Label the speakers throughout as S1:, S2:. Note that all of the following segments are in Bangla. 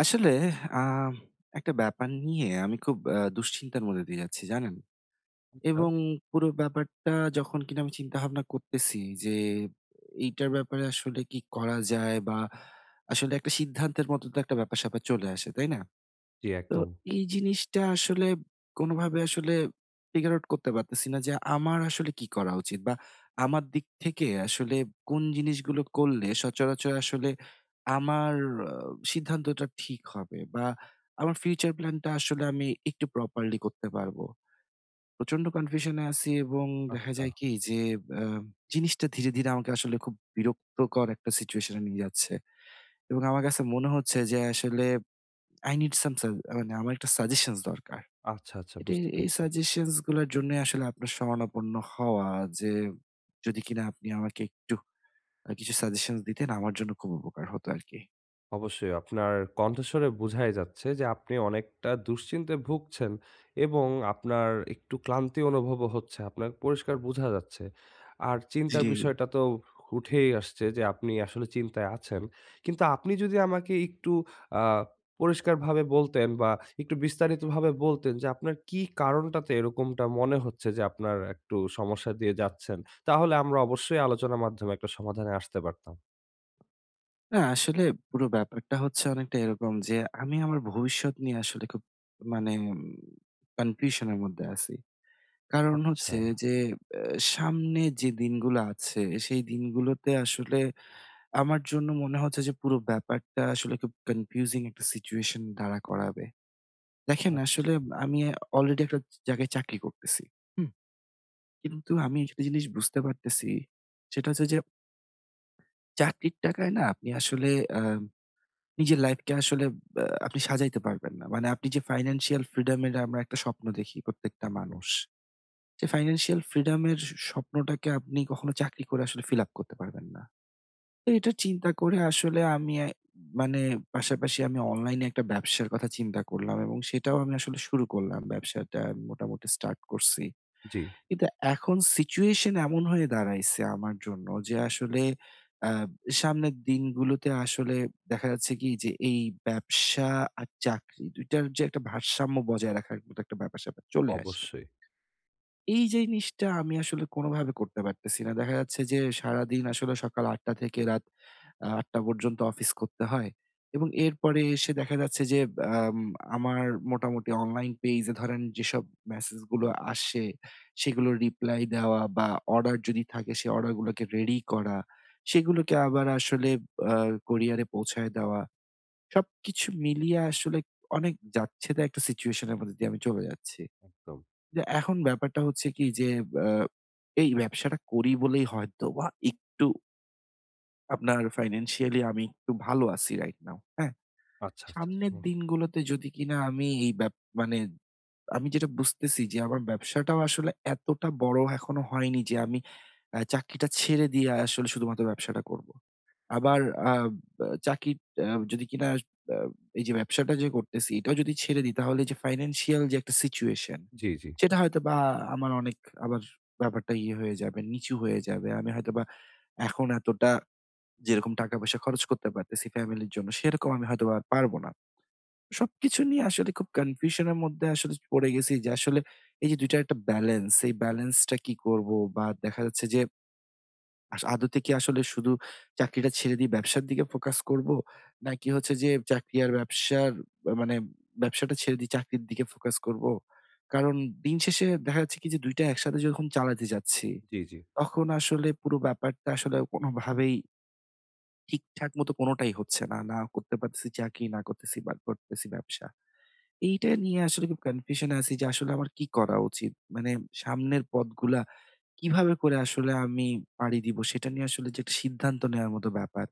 S1: আসলে, আ একটা ব্যাপার নিয়ে আমি খুব দুশ্চিন্তার মধ্যে দিয়ে যাচ্ছি, জানেন?
S2: আচ্ছা।
S1: এবং পুরো ব্যাপারটা, যখন কিনা আমি চিন্তাভাবনা করতেছি যে, এইটার ব্যাপারে আসলে কি করা যায়? বা আসলে একটা সিদ্ধান্তের মতো তো একটা ব্যাপার-স্যাপার চলে আসে, তাই না?
S2: জি,
S1: তো
S2: একদম।
S1: এই জিনিসটা আসলে কোনোভাবে আসলে ফিগার আউট করতে পারতেছি না যে আমার আসলে কি করা উচিত? বা আমার দিক থেকে আসলে কোন জিনিসগুলো করলে সচরাচর আসলে আমার আ সিদ্ধান্তটা ঠিক হবে, বা আমার ফিউচার প্ল্যানটা আসলে আমি একটু প্রপারলি করতে পারবো। প্রচন্ড কনফিউশনে আছি, এবং দেখা
S2: আ
S1: যায় কি যে আ জিনিসটা ধীরে, ধীরে আমাকে আসলে খুব বিরক্তকর একটা সিচুয়েশন এ নিয়ে যাচ্ছে। এবং আমার কাছে মনে হচ্ছে যে আসলে I need some মানে আমার একটা সাজেশনস দরকার।
S2: আচ্ছা, আচ্ছা
S1: এটি,
S2: বুঝতে
S1: এই
S2: পেরেছি।
S1: সাজেশনস গুলার জন্যই আসলে আপনার শরণাপন্ন হওয়া, যে যদি কিনা আপনি আমাকে একটু কিছু সাজেশনস দিতেন, আমার জন্য খুব উপকার হতো আরকি।
S2: অবশ্যই আপনার কণ্ঠস্বরে বোঝাই যাচ্ছে যে আপনি অনেকটা দুশ্চিন্তায় ভুগছেন এবং আপনার একটু ক্লান্তি অনুভবও হচ্ছে। আপনার পরিষ্কার বোঝা যাচ্ছে। আর
S1: জি।
S2: চিন্তার
S1: জি।
S2: বিষয়টা তো উঠেই আসছে যে আপনি আসলে চিন্তায় আছেন। কিন্তু আপনি যদি আমাকে একটু আ পরিষ্কারভাবে বলতেন বা একটু বিস্তারিতভাবে বলতেন যে আপনার কি কারণটাতে এরকমটা মনে হচ্ছে যে আপনার একটু সমস্যা দিয়ে যাচ্ছেন, তাহলে আমরা অবশ্যই আলোচনার মাধ্যমে একটা সমাধানে আসতে পারতাম।
S1: না আসলে পুরো ব্যাপারটা হচ্ছে অনেকটা এরকম, যে আমি আমার ভবিষ্যৎ নিয়ে আসলে খুব, মানে কনফিউশন এর মধ্যে আছি। কারণ
S2: আচ্ছা,
S1: হচ্ছে যে, অ্যা সামনে যে দিনগুলো আছে, সেই দিনগুলোতে আসলে আমার জন্য মনে হচ্ছে যে পুরো ব্যাপারটা আসলে খুব কনফিউজিং একটা সিচুয়েশন দাঁড়া করাবে। দেখেন
S2: আচ্ছা।
S1: আসলে আমি অলরেডি একটা জায়গায় চাকরি করতেছি। হুম? কিন্তু আমি একটা জিনিস বুঝতে পারতেছি, সেটা হচ্ছে যে চাকরির টাকায় না আপনি আসলে আ নিজের লাইফকে আসলে আপনি সাজাইতে পারবেন না। মানে আপনি যে ফাইন্যান্সিয়াল ফ্রিডম এর আমরা একটা স্বপ্ন দেখি প্রত্যেকটা
S2: একদম।
S1: মানুষ। যে ফাইন্যান্সিয়াল ফ্রিডম এর স্বপ্নটাকে আপনি কখনো চাকরি করে আসলে ফিল আপ করতে পারবেন না। তো এটা চিন্তা করে আসলে আমি, মানে পাশাপাশি আমি অনলাইনে একটা ব্যবসার কথা চিন্তা করলাম এবং সেটাও আমি আসলে শুরু করলাম। ব্যবসাটা আমি মোটামুটি স্টার্ট করছি।
S2: জি।
S1: কিন্তু এখন সিচুয়েশন এমন হয়ে দাঁড়াইছে আমার জন্য যে আসলে আ সামনের দিনগুলোতে আসলে দেখা যাচ্ছে কি, যে এই ব্যবসা আর চাকরি, ২ টার যে একটা ভারসাম্য বজায় রাখার মতো একটা ব্যাপার-স্যাপার চলে আসে।
S2: অবশ্যই,
S1: এই যে জিনিসটা আমি আসলে কোনোভাবে করতে পারতেছি না। দেখা যাচ্ছে যে সারাদিন আসলে সকাল ৮ঃ০০ থেকে রাত ৮ঃ০০ পর্যন্ত অফিস করতে হয়, এবং এরপরে এসে দেখা যাচ্ছে যে আম আমার মোটামুটি অনলাইন পেজে ধরেন যেসব মেসেজগুলো আসে, সেগুলোর রিপ্লাই দেওয়া, বা অর্ডার যদি থাকে সে অর্ডারগুলোকে রেডি করা, সেগুলোকে আবার আসলে আ কুরিয়ারে পৌঁছায় দেওয়া। সবকিছু মিলিয়ে আসলে অনেক যাচ্ছেদা একটা সিচুয়েশন এর মধ্যে দিয়ে আমি চলে যাচ্ছি।
S2: একদম।
S1: যে এখন ব্যাপারটা হচ্ছে কি, যে আ এই ব্যবসাটা করি বলেই হয়তোবা একটু আপনার ফাইন্যান্সিয়ালি আমি একটু ভালো আছি রাইট নাও। হ্যাঁ?
S2: আচ্ছা, আচ্ছা, আচ্ছা।
S1: সামনের
S2: হুম।
S1: দিনগুলোতে যদি কিনা আমি এই ব্যাপ মানে আমি যেটা বুঝতেছি, যে আমার ব্যবসাটাও আসলে এতটা বড় এখনো হয়নি যে আমি চাকরিটা ছেড়ে দিয়ে আসলে শুধুমাত্র ব্যবসাটা করব। আবার আ বা চাকরি, আ যদি কিনা আ এই যে ব্যবসাটা যে করতেছি, এটাও যদি ছেড়ে দিই, তাহলে যে ফাইন্যান্সিয়াল যে একটা সিচুয়েশন,
S2: জি, জি,
S1: সেটা হয়তোবা আমার অনেক, আবার ব্যাপারটা ইয়ে হয়ে যাবে, নিচু হয়ে যাবে। আমি হয়তোবা এখন এতটা যেরকম টাকা পয়সা খরচ করতে পারতেছি ফ্যামিলির জন্য, সেরকম আমি হয়তোবা আর পারবো না। সবকিছু নিয়ে আসলে খুব কনফিউশনের মধ্যে আসলে পড়ে গেছি, যে আসলে এই যে ২ টার একটা ব্যালেন্স, এই ব্যালেন্সটা কি করব? বা দেখা যাচ্ছে যে আদতে কি আসলে শুধু চাকরিটা ছেড়ে দিয়ে ব্যবসার দিকে ফোকাস করব? নাকি হচ্ছে যে চাকরি আর ব্যবসার, মানে ব্যবসাটা ছেড়ে দিয়ে চাকরির দিকে ফোকাস করব? কারণ দিন শেষে দেখা যাচ্ছে কি, যে ২ টা একসাথে যখন চালাতে যাচ্ছি,
S2: জি, জি।
S1: তখন আসলে পুরো ব্যাপারটা আসলে কোনোভাবেই ঠিকঠাক মতো কোনটাই হচ্ছে না। না করতে পারতেছি চাকরি, না করতেছি, বা করতেছি ব্যবসা। এইটা নিয়ে আসলে খুব কনফিউশন আছি, যে আসলে আমার কি করা উচিত? মানে সামনের পথগুলা কিভাবে করে আসলে আমি পাড়ি দিব? সেটা নিয়ে আসলে যে একটা সিদ্ধান্ত নেওয়ার মতো ব্যাপার,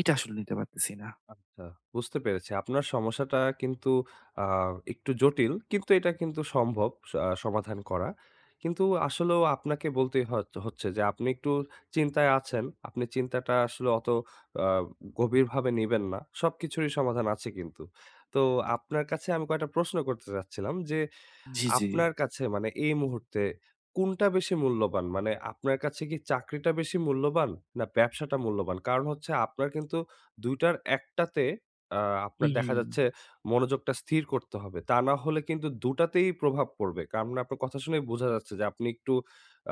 S1: এটা আসলে নিতে পারতেছি না।
S2: আচ্ছা, বুঝতে পেরেছি। আপনার সমস্যাটা কিন্তু আ একটু জটিল, কিন্তু এটা কিন্তু সম্ভব স আ সমাধান করা। কিন্তু আসলেও আপনাকে বলতেই হচ্ছে যে আপনি একটু চিন্তায় আছেন। আপনি চিন্তাটা আসলে অত আ গভীরভাবে নিবেন না। সবকিছুরই সমাধান আছে কিন্তু। তো আপনার কাছে আমি কয়েকটা প্রশ্ন করতে চাচ্ছিলাম যে
S1: জি, জি।
S2: আপনার কাছে মানে এই মুহূর্তে কোনটা বেশি মূল্যবান? মানে আপনার কাছে কি চাকরিটা বেশি মূল্যবান না ব্যবসাটা মূল্যবান? কারণ হচ্ছে আপনার কিন্তু ২ টার একটাতে আ আপনার
S1: হুম,
S2: দেখা যাচ্ছে মনোযোগটা স্থির করতে হবে। তা না হলে কিন্তু ২ টাতেই প্রভাব পড়বে। কারণ আপনার কথা শুনেই বোঝা যাচ্ছে যে আপনি একটু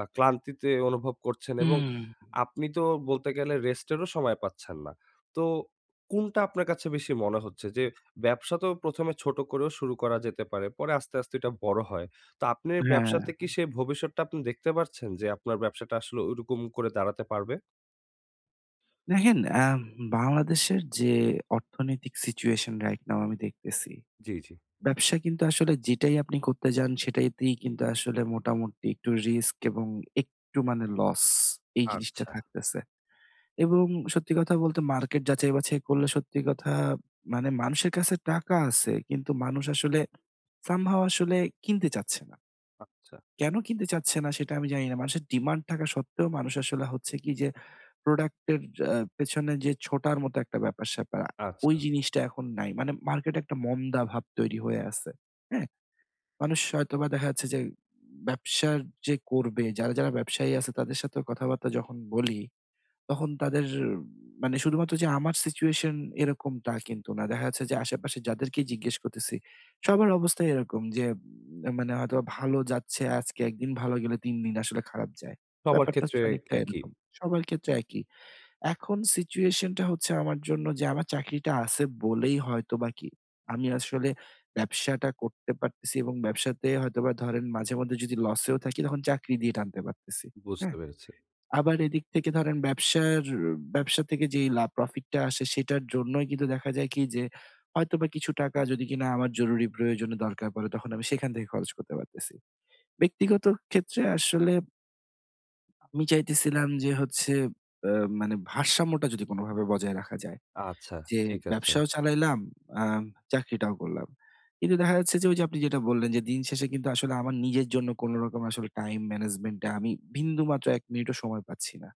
S2: ক্লান্তিতে অনুভব করছেন এবং
S1: হুম,
S2: আপনি তো বলতে গেলে রেস্টেরও সময় পাচ্ছেন না। তো কোনটা আপনার কাছে বেশি মনে হচ্ছে যে ব্যবসা তো ১ম এ ছোট করেও শুরু করা যেতে পারে। পরে আস্তে, আস্তে এটা বড় হয়। তো আপনার
S1: হ্যাঁ।
S2: ব্যবসাতে কি সেই ভবিষ্যৎটা আপনি দেখতে পারছেন যে আপনার ব্যবসাটা আসলে ওইরকম করে দাঁড়াতে পারবে?
S1: দেখেন, আম বাংলাদেশের যে অর্থনৈতিক সিচুয়েশন রাইট নাও আমি দেখতেছি,
S2: জি, জি।
S1: ব্যবসা কিন্তু আসলে যেটাই আপনি করতে যান সেটাইতেই কিন্তু আসলে মোটামুটি একটু রিস্ক, এবং একটু মানে লস, এই জিনিসটা
S2: আচ্ছা,
S1: থাকতেছে। এবং সত্যি কথা বলতে মার্কেট যাচাই-বাছাই করলে, সত্যি কথা মানে, মানুষের কাছে টাকা আছে, কিন্তু মানুষ আসলে somehow আসলে কিনতে চাচ্ছে না।
S2: আচ্ছা,
S1: কেন কিনতে চাচ্ছে না সেটা আমি জানি না। মানুষের ডিমান্ড থাকা সত্ত্বেও মানুষ আসলে হচ্ছে কি যে, প্রোডাক্ট এর পেছনে যে ছোটার মতো একটা ব্যাপার-স্যাপার,
S2: আচ্ছা।
S1: ওই জিনিসটা এখন নাই। মানে মার্কেটে একটা মন্দা ভাব তৈরি হয়ে আছে। হ্যাঁ? মানুষ হয়তোবা দেখা যাচ্ছে যে, ব্যবসার যে করবে, যারা ব্যবসায়ী আছে তাদের সাথেও কথাবার্তা যখন বলি, তখন তাদের, মানে শুধুমাত্র যে আমার সিচুয়েশন এরকমটা কিন্তু না। দেখা যাচ্ছে যে আশেপাশে যাদেরকেই জিজ্ঞেস করতেছি, সবার অবস্থা এরকম যে, মানে হয়তোবা ভালো যাচ্ছে আজকে, একদিন ভালো গেলে ৩ দিন আসলে খারাপ যায়।
S2: সবার
S1: ব্যাপারটা
S2: ক্ষেত্রে
S1: হচ্ছে অনেকটা
S2: একই।
S1: এরকম। সবার ক্ষেত্রে একই। এখন সিচুয়েশনটা হচ্ছে আমার জন্য, যে আমার চাকরিটা আছে বলেই হয়তোবা কি, আমি আসলে ব্যবসাটা করতে পারতেছি, এবং ব্যবসাতে হয়তোবা ধরেন মাঝে মধ্যে যদি লসেও থাকি, তখন চাকরি দিয়ে টানতে পারতেছি।
S2: বুঝতে
S1: হ্যাঁ?
S2: পেরেছি।
S1: আবার এদিক থেকে ধরেন, ব্যবসা থেকে যেই লাভ প্রফিটটা আসে, সেটার জন্যই কিন্তু দেখা যায় কি যে, হয়তোবা কিছু টাকা যদি কিনা আমার জরুরি প্রয়োজনে দরকার পড়ে, তখন আমি সেখান থেকে খরচ করতে পারতেছি। ব্যক্তিগত ক্ষেত্রে আসলে আমি চাইতেছিলাম যে হচ্ছে, আ মানে ভারসাম্যটা যদি কোনোভাবে বজায় রাখা যায়।
S2: আচ্ছা,
S1: যে
S2: ঠিক আছে।
S1: ব্যবসাও চালাইলাম, আম চাকরিটাও করলাম। কিন্তু দেখা যাচ্ছে যে ওই যে আপনি যেটা বললেন, যে দিন শেষে কিন্তু আসলে আমার নিজের জন্য কোন রকম আসলে টাইম ম্যানেজমেন্ট এ আমি বিন্দুমাত্র ১ মিনিটও সময় পাচ্ছি না।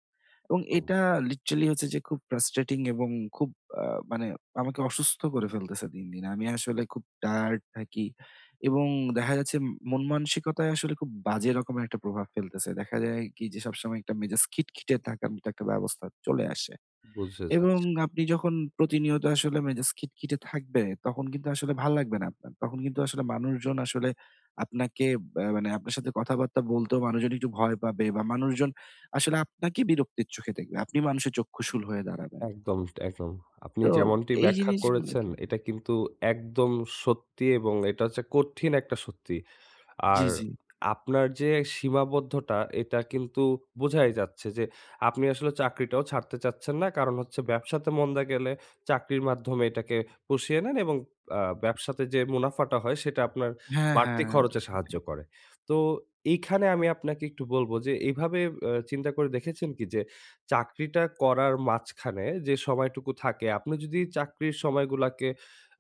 S1: এবং
S2: তো
S1: এটা লিটারালি হচ্ছে যে খুব ফ্রাস্ট্রেটিং, এবং খুব, আ মানে আমাকে অসুস্থ করে ফেলতেছে দিন, দিন। আমি আসলে খুব টায়ার্ড থাকি, এবং দেখা যাচ্ছে মন মানসিকতায় আসলে খুব বাজে রকমের একটা প্রভাব ফেলতেছে। দেখা যায় কি যে সবসময় একটা মেজাজ খিটখিটে থাকার মতো একটা ব্যবস্থা চলে আসে।
S2: বুঝে
S1: এবং
S2: যাচ্ছে।
S1: আপনি যখন প্রতিনিয়ত আসলে মেজাজ খিটখিটে থাকবে, তখন কিন্তু আসলে ভাল লাগবে না আপনার। তখন কিন্তু আসলে মানুষজন আসলে আপনাকে, বা মানে আপনার সাথে কথাবার্তা বলতেও মানুষজন একটু ভয় পাবে, বা মানুষজন আসলে আপনাকে বিরক্তির চোখে দেখবে। আপনি মানুষের চক্ষুশূল হয়ে দাঁড়াবেন।
S2: একদম, একদম। আপনি
S1: তো
S2: যেমনটি
S1: এই
S2: ব্যাখ্যা করেছেন
S1: জিনিসগুলোকে,
S2: এটা কিন্তু একদম সত্যি এবং এটা হচ্ছে কঠিন একটা সত্যি। আর
S1: জি, জি।
S2: আপনার যে সীমাবদ্ধতা এটা কিন্তু বোঝাই যাচ্ছে যে আপনি আসলে চাকরিটাও ছাড়তে চাচ্ছেন না। কারণ হচ্ছে ব্যবসাতে মন্দা গেলে চাকরির মাধ্যমে এটাকে পুষিয়ে নেন এবং ব্যবসাতে যে মুনাফাটা হয় সেটা আপনার
S1: হ্যাঁ,
S2: বাড়তি খরচে
S1: হ্যাঁ।
S2: সাহায্য করে। তো এইখানে আমি আপনাকে একটু বলব যে এভাবে চিন্তা করে দেখেছেন কি যে চাকরিটা করার মাঝখানে যে সময়টুকু থাকে আপনি যদি চাকরির সময়গুলাকে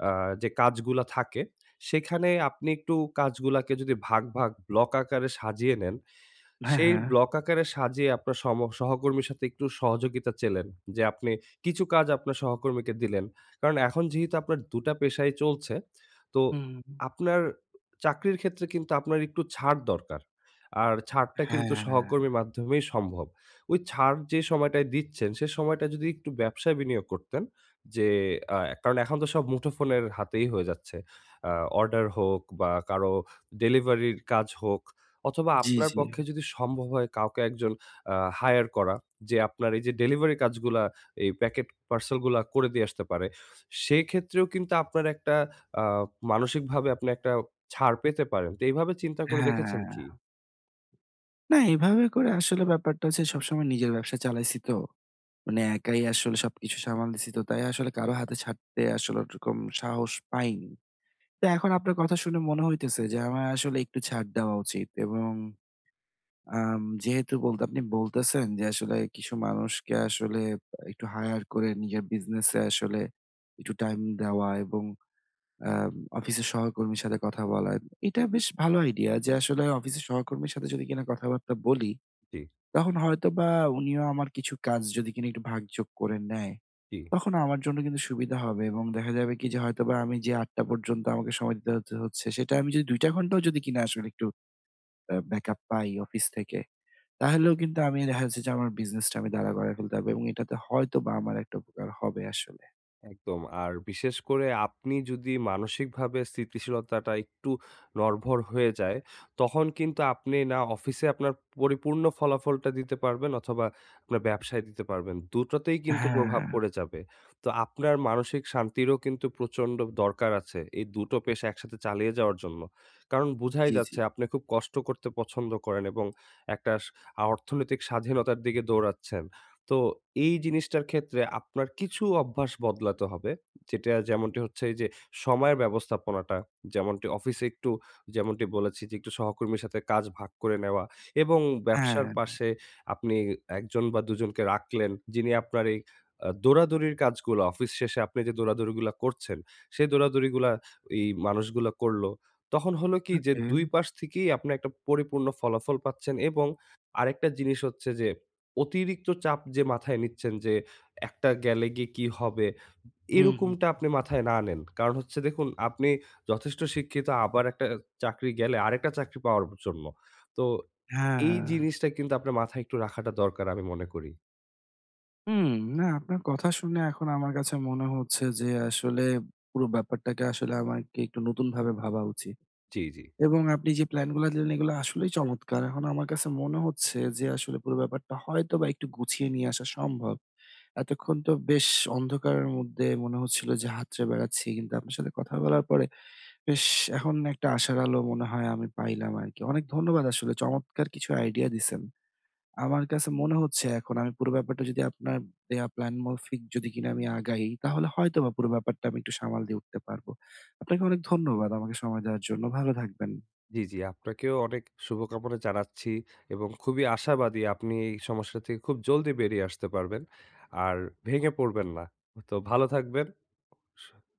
S2: আ যে কাজগুলা থাকে সেখানে আপনি একটু কাজগুলাকে যদি ভাগ, ভাগ ব্লক আকারে সাজিয়ে নেন,
S1: হ্যাঁ,
S2: সেই
S1: হ্যাঁ।
S2: ব্লক আকারে সাজিয়ে আপনার সহকর্মীর সাথে একটু সহযোগিতা চেলেন যে, আপনি কিছু কাজ আপনার সহকর্মীকে দিলেন। কারণ এখন যেহেতু আপনার ২ টা পেশাই চলছে, তো
S1: হুম।
S2: আপনার চাকরির ক্ষেত্রে কিন্তু আপনার একটু ছাড় দরকার। আর ছাড়টা কিন্তু
S1: হ্যাঁ।
S2: সহকর্মীর মাধ্যমেই সম্ভব। ওই ছাড় যে সময়টায় দিচ্ছেন, সে সময়টা যদি একটু ব্যবসায় বিনিয়োগ করতেন যে, আ কারণ এখন তো সব মুঠোফোনের হাতেই হয়ে যাচ্ছে। আ অর্ডার হোক বা কারো ডেলিভারির কাজ হোক, অথবা
S1: জি,
S2: আপনার
S1: জি।
S2: পক্ষে যদি সম্ভব হয় কাউকে একজন হায়ার করা, যে আপনার এই যে ডেলিভারি কাজগুলা, এই প্যাকেট পার্সেল গুলা করে দিয়ে আসতে পারে। সেক্ষেত্রেও কিন্তু আপনার একটা আ মানসিকভাবে আপনি একটা ছাড় পেতে পারেন। তো এইভাবে চিন্তা করে দেখেছেন
S1: হ্যাঁ।
S2: কি?
S1: না এভাবে করে আসলে ব্যাপারটা হচ্ছে, সবসময় নিজের ব্যবসা চালাইছি তো। মানে একাই আসলে সবকিছু সামাল দিছি তো, তাই আসলে কারো হাতে ছাড়তে আসলে ওরকম সাহস পাইনি। তো এখন আপনার কথা শুনে মনে হইতেছে যে আমার আসলে একটু ছাড় দেওয়া উচিত, এবং যেহেতু আপনি বলতেছেন যে আসলে কিছু মানুষকে আসলে একটু হায়ার করে নিজের বিজনেসে আসলে একটু টাইম দেওয়া, এবং আম অফিসের সহকর্মীর সাথে কথা বলা। এটা বেশ ভালো আইডিয়া, যে আসলে অফিসের সহকর্মীর সাথে যদি কিনা কথাবার্তা বলি,
S2: জি,
S1: তখন হয়তোবা উনিও আমার কিছু কাজ যদি কিনা একটু ভাগযোগ করে নেয়,
S2: জি।
S1: তখন আমার জন্য কিন্তু সুবিধা হবে, এবং দেখা যাবে কি যে হয়তোবা আমি যে ৮ টা পর্যন্ত আমাকে সময় দিতে হতে হচ্ছে, সেটা আমি যদি ২ টা ঘন্টাও যদি কিনা আসলে একটু ব্যাকআপ পাই অফিস থেকে, তাহলেও কিন্তু আমি দেখা যাচ্ছে যে আমার বিজনেসটা আমি দাঁড়া করায় ফেলতে পারবো, এবং এটাতে হয়তোবা আমার একটা উপকার হবে আসলে।
S2: একদম। আর বিশেষ করে আপনি যদি মানসিকভাবে স্থিতিশীলতাটা একটু নড়বড় হয়ে যায়, তখন কিন্তু আপনি না অফিসে আপনার পরিপূর্ণ ফলাফলটা দিতে পারবেন অথবা আপনার ব্যবসায় দিতে পারবেন। দুটোতেই কিন্তু প্রভাব
S1: হ্যাঁ,
S2: পড়ে যাবে। তো আপনার মানসিক শান্তিরও কিন্তু প্রচণ্ড দরকার আছে এই দুটো পেশা একসাথে চালিয়ে যাওয়ার জন্য। কারণ বুঝাই
S1: জি, জি।
S2: যাচ্ছে আপনি খুব কষ্ট করতে পছন্দ করেন এবং একটা স আ অর্থনৈতিক স্বাধীনতার দিকে দৌড়াচ্ছেন। তো এই জিনিসটার ক্ষেত্রে আপনার কিছু অভ্যাস বদলাতে হবে। যেটা যেমনটি হচ্ছে এই যে সময়ের ব্যবস্থাপনাটা, যেমনটি অফিসে একটু যেমনটি বলেছি যে একটু সহকর্মীর সাথে কাজ ভাগ করে নেওয়া এবং ব্যবসার
S1: হ্যাঁ,
S2: পাশে আপনি ১ জন বা ২ জনকে রাখলেন যিনি আপনার এই দৌড়াদৌড়ির কাজগুলো অফিস শেষে আপনি যে দৌড়াদৌড়িগুলা করছেন, সেই দৌড়াদৌড়িগুলা এই মানুষগুলা করলো। তখন হলো কি যে ২
S1: ওকে।
S2: পাশ থেকেই আপনি একটা পরিপূর্ণ ফলাফল পাচ্ছেন এবং আরেকটা জিনিস হচ্ছে যে অতিরিক্ত চাপ যে মাথায় নিচ্ছেন যে একটা গেলে গিয়ে কি হবে?
S1: হুম, হুম।
S2: এরকমটা আপনি মাথায় না আনেন। কারণ হচ্ছে দেখুন আপনি যথেষ্ট শিক্ষিত আবার একটা চাকরি গেলে আরেকটা চাকরি পাওয়ার জন্য। তো এই
S1: হ্যাঁ।
S2: জিনিসটা কিন্তু আপনার মাথায় একটু রাখাটা দরকার আমি মনে করি।
S1: হুম, না আপনার কথা শুনে এখন আমার কাছে মনে হচ্ছে যে আসলে পুরো ব্যাপারটাকে আসলে আমাকে একটু নতুনভাবে ভাবা উচিত।
S2: জি, জি।
S1: এবং আপনি যে প্ল্যানগুলা দিলেন, এগুলো আসলেই চমৎকার। এখন আমার কাছে মনে হচ্ছে যে আসলে পুরো ব্যাপারটা হয়তোবা একটু গুছিয়ে নিয়ে আসা সম্ভব। এতক্ষণ তো বেশ অন্ধকারের মধ্যে মনে হচ্ছিল যে হাতড়ে বেড়াচ্ছি। কিন্তু আপনার সাথে কথা বলার পরে বেশ এখন একটা আশার আলো মনে হয় আমি পাইলাম আরকি। অনেক ধন্যবাদ, আসলে চমৎকার কিছু আইডিয়া দিছেন। আমার কাছে মনে হচ্ছে এখন আমি পুরো ব্যাপারটা যদি আপনার দেয়া প্ল্যান মাফিক যদি কিনা আমি আগাই, তাহলে হয়তোবা পুরো ব্যাপারটা আমি একটু সামাল দিয়ে উঠতে পারবো। আপনাকে অনেক ধন্যবাদ আমাকে সময় দেওয়ার জন্য। ভালো থাকবেন।
S2: জি, জি। আপনাকেও অনেক শুভকামনা জানাচ্ছি এবং খুবই আশাবাদী আপনি এই সমস্যা থেকে খুব জলদি বেরিয়ে আসতে পারবেন। আর ভেঙে পড়বেন না। তো ভালো থাকবেন।